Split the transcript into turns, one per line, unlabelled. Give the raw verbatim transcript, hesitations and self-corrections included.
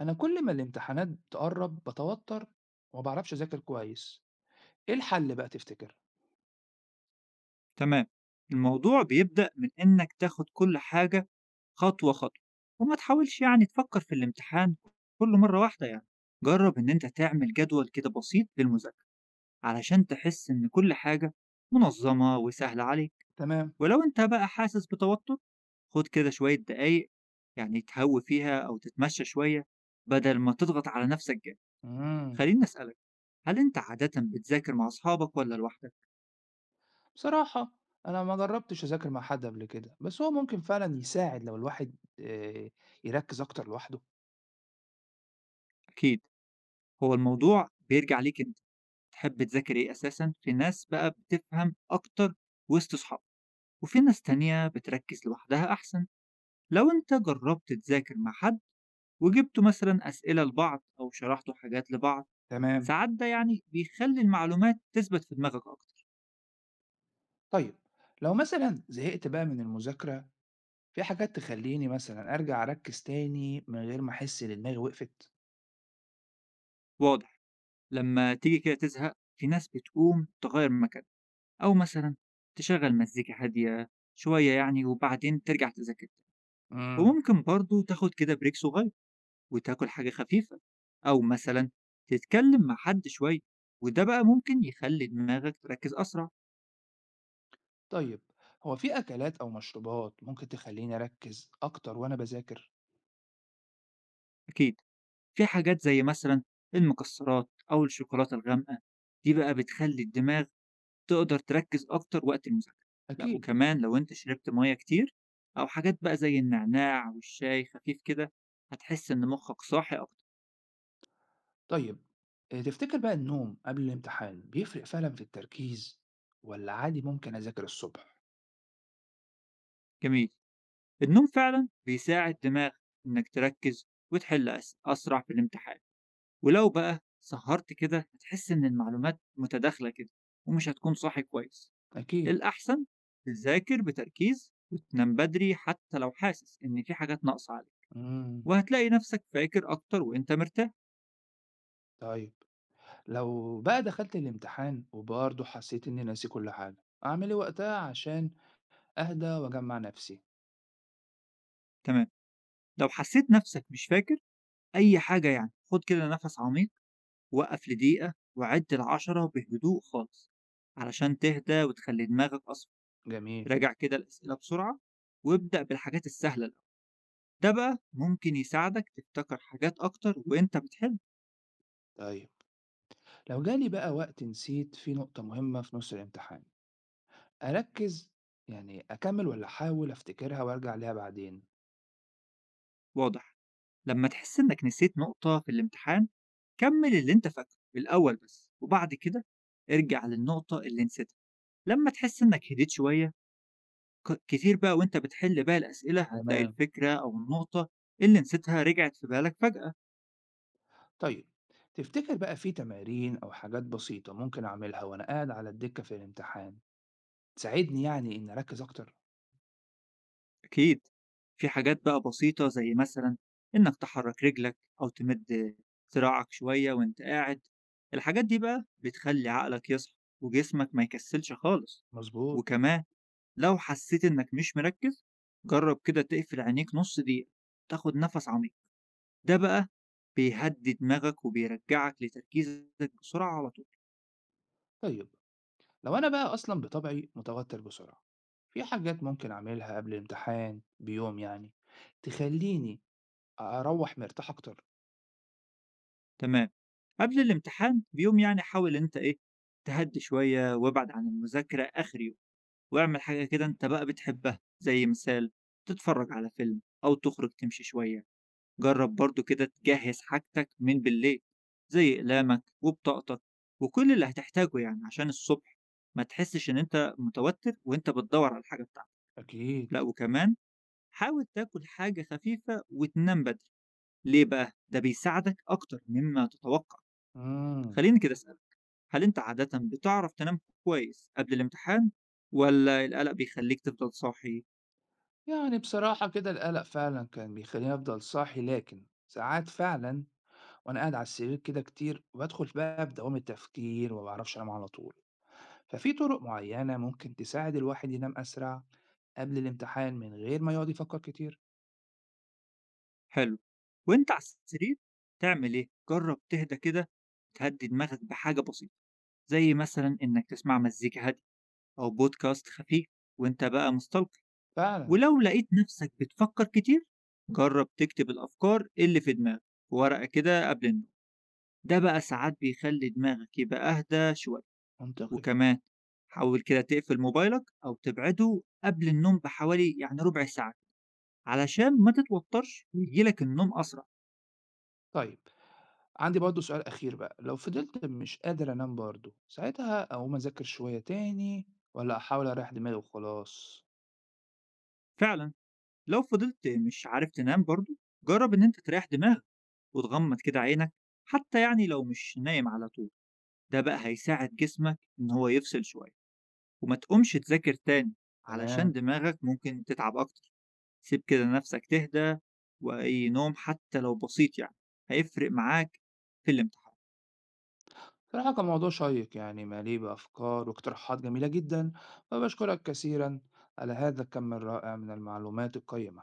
أنا كل ما الامتحانات تقرب بتوتر وما بعرفش أذاكر كويس، إيه الحل بقى تفتكر؟
تمام. الموضوع بيبدأ من إنك تاخد كل حاجة خطوة خطوة، وما تحاولش يعني تفكر في الامتحان كل مرة واحدة يعني. جرب إن أنت تعمل جدول كده بسيط للمذاكرة، علشان تحس إن كل حاجة منظمة وسهلة عليك.
تمام.
ولو أنت بقى حاسس بتوتر، خد كده شوية دقايق يعني تهوي فيها أو تتمشى شوية، بدل ما تضغط على نفسك جامد.
امم
خليني أسألك، هل أنت عادة بتذاكر مع أصحابك ولا لوحدك؟
بصراحة، أنا ما جربتش أذاكر مع حد قبل كده، بس هو ممكن فعلا يساعد لو الواحد آه، يركز أكتر لوحده.
أكيد. هو الموضوع بيرجع ليك أنت، تحب تذاكر إيه أساسًا، في ناس بقى بتفهم أكتر وسط صحابك، وفي ناس تانية بتركز لوحدها أحسن. لو أنت جربت تذاكر مع حد وجبتوا مثلًا أسئلة لبعض أو شرحتوا حاجات لبعض،
تمام.
ساعات ده يعني بيخلي المعلومات تثبت في دماغك أكتر.
طيب، لو مثلا زهقت بقى من المذاكرة، في حاجات تخليني مثلا أرجع أركز تاني من غير ما أحس إن دماغي وقفت؟
واضح. لما تيجي كده تزهق، في ناس بتقوم تغير مكان، أو مثلًا تشغّل مزيكا هادية شوية يعني، وبعدين ترجع تذاكر تاني.
امم
وممكن برضه تاخد كده break صغير، وتاكل حاجة خفيفة، أو مثلا تتكلم مع حد شوية، وده بقى ممكن يخلي دماغك تركز أسرع.
طيب، هو في أكلات أو مشروبات ممكن تخليني أركز أكتر وأنا بذاكر؟
أكيد. في حاجات زي مثلا المكسرات أو الشوكولاتة الغامقة، دي بقى بتخلي الدماغ تقدر تركز أكتر وقت المذاكرة. لا،
أكيد.
وكمان لو أنت شربت مية كتير أو حاجات بقى زي النعناع والشاي خفيف كده، هتحس إن مخك صاحي أكتر.
طيب، آآ تفتكر بقى النوم قبل الامتحان بيفرق فعلًا في التركيز والّا عادي ممكن أذاكر الصبح؟
جميل. النوم فعلا بيساعد دماغ إنك تركز وتحل أس- أسرع في الامتحان. ولو بقى سهرت كده هتحس إن المعلومات متداخلة كده، ومش هتكون صاحي كويس.
أكيد.
الأحسن تذاكر بتركيز وتنام بدري، حتى لو حاسس إن في حاجات ناقصة عليك.
إمم.
وهتلاقي نفسك فاكر أكتر وإنت مرتاح.
طيب، لو بقى دخلت الامتحان وبرضه حسيت إني ناسي كل حاجة، أعمل إيه وقتها عشان أهدى وأجمّع نفسي؟
تمام. لو حسيت نفسك مش فاكر أي حاجة يعني، خد كده نفس عميق، وقف لدقيقة وعد العشرة بهدوء خالص، علشان تهدى وتخلي دماغك أصفى.
جميل.
راجع كده الأسئلة بسرعة، وابدأ بالحاجات السهلة الأول. ده بقى ممكن يساعدك تفتكر حاجات أكتر وأنت بتحل.
طيب، لو جالي بقى وقت نسيت فيه نقطة مهمة في نُص الامتحان، أركّز يعني أكمّل والّا أحاول أفتكرها وأرجع ليها بعدين؟
واضح. لما تحس إنك نسيت نقطة في الامتحان، كمل اللي أنت فاكره الأول بس، وبعد كده ارجع للنقطة اللي نسيتها لما تحس إنك هديت شوية ك- كتير بقى وأنت بتحل باقي الأسئلة، هتلاقي
تمام.
الفكرة أو النقطة اللي نسيتها رجعت في بالك فجأة.
طيب، تفتكر بقى في تمارين أو حاجات بسيطة ممكن أعملها وأنا قاعد على الدكة في الامتحان تساعدني يعني إن أركز أكتر؟
أكيد. في حاجات بقى بسيطة زي مثلا إنك تحرك رجلك أو تمد ذراعك شوية وإنت قاعد. الحاجات دي بقى بتخلي عقلك يصحى وجسمك ما يكسلش خالص.
مظبوط.
وكمان لو حسيت إنك مش مركز، جرب كده تقفل عينيك نص دقيقة، تاخد نفس عميق، ده بقى بيهدي دماغك وبيرجعك لتركيزك بسرعة على طول.
طيب، لو أنا بقى أصلا بطبعي متوتر بسرعة، في حاجات ممكن أعملها قبل الامتحان بيوم يعني تخليني أروح مرتاح أكتر؟
تمام. قبل الامتحان بيوم يعني حاول إنت إيه تهدي شوية وابعد عن المذاكرة آخر يوم، واعمل حاجة كده أنت بقى بتحبها، زي مثال تتفرّج على فيلم أو تخرج تمشي شوية. جرّب برضه كده تجهّز حاجتك من بالليل، زي أقلامك وبطاقتك وكل اللي هتحتاجه يعني عشان الصبح ما تحسّش إن أنت متوتر وأنت بتدوّر على الحاجة بتاعتك.
أكيد.
لأ، وكمان حاول تاكل حاجة خفيفة وتنام بدري. ليه بقى؟ ده بيساعدك أكتر مما تتوقع.
مم.
خلّيني كده أسألك، هل أنت عادةً بتعرف تنام كويس قبل الامتحان والّا القلق بيخلّيك تفضل صاحي؟
يعني بصراحة كده، القلق فعلا كان بيخليني أفضل صاحي، لكن ساعات فعلا وأنا قاعد على السرير كده كتير وبدخل بقى في دوامة تفكير ومبعرفش أنام على طول. ففي طرق معينة ممكن تساعد الواحد ينام أسرع قبل الامتحان من غير ما يقعد يفكر كتير؟
حلو. وأنت على السرير تعمل إيه؟ جرّب تهدى كده، تهدّي دماغك بحاجة بسيطة، زي مثلًا إنك تسمع مزيكا هادية أو بودكاست خفيف وأنت بقى مستلقي.
فعلا.
ولو لقيت نفسك بتفكّر كتير، جرّب تكتب الأفكار اللي في دماغك في ورقة كده قبل النوم، ده بقى ساعات بيخلّي دماغك يبقى أهدى شوية.
منطقي.
وكمان حاول كده تقفل موبايلك أو تبعده قبل النوم بحوالي يعني ربع ساعة، علشان ما تتوتّرش وييجي لك النوم أسرع.
طيب، عندي برضه سؤال أخير بقى، لو فضلت مش قادر أنام برضه ساعتها أقوم أذاكر شوية تاني ولا أحاول أريح دماغي وخلاص؟
فعلًا. لو فضلت مش عارف تنام برضه، جرب إن أنت تريح دماغك وتغمض كده عينك، حتى يعني لو مش نايم على طول، ده بقى هيساعد جسمك إن هو يفصل شوية. وما تقومش تذاكر تاني، علشان
تمام.
دماغك ممكن تتعب أكتر. سيب كده نفسك تهدى، وأي نوم حتى لو بسيط يعني هيفرق معاك في الامتحان.
صراحة كان موضوع شيق، يعني مليء بأفكار واقتراحات جميلة جدا، فبشكرك كثيرا على هذا الكم الرائع من المعلومات القيمة.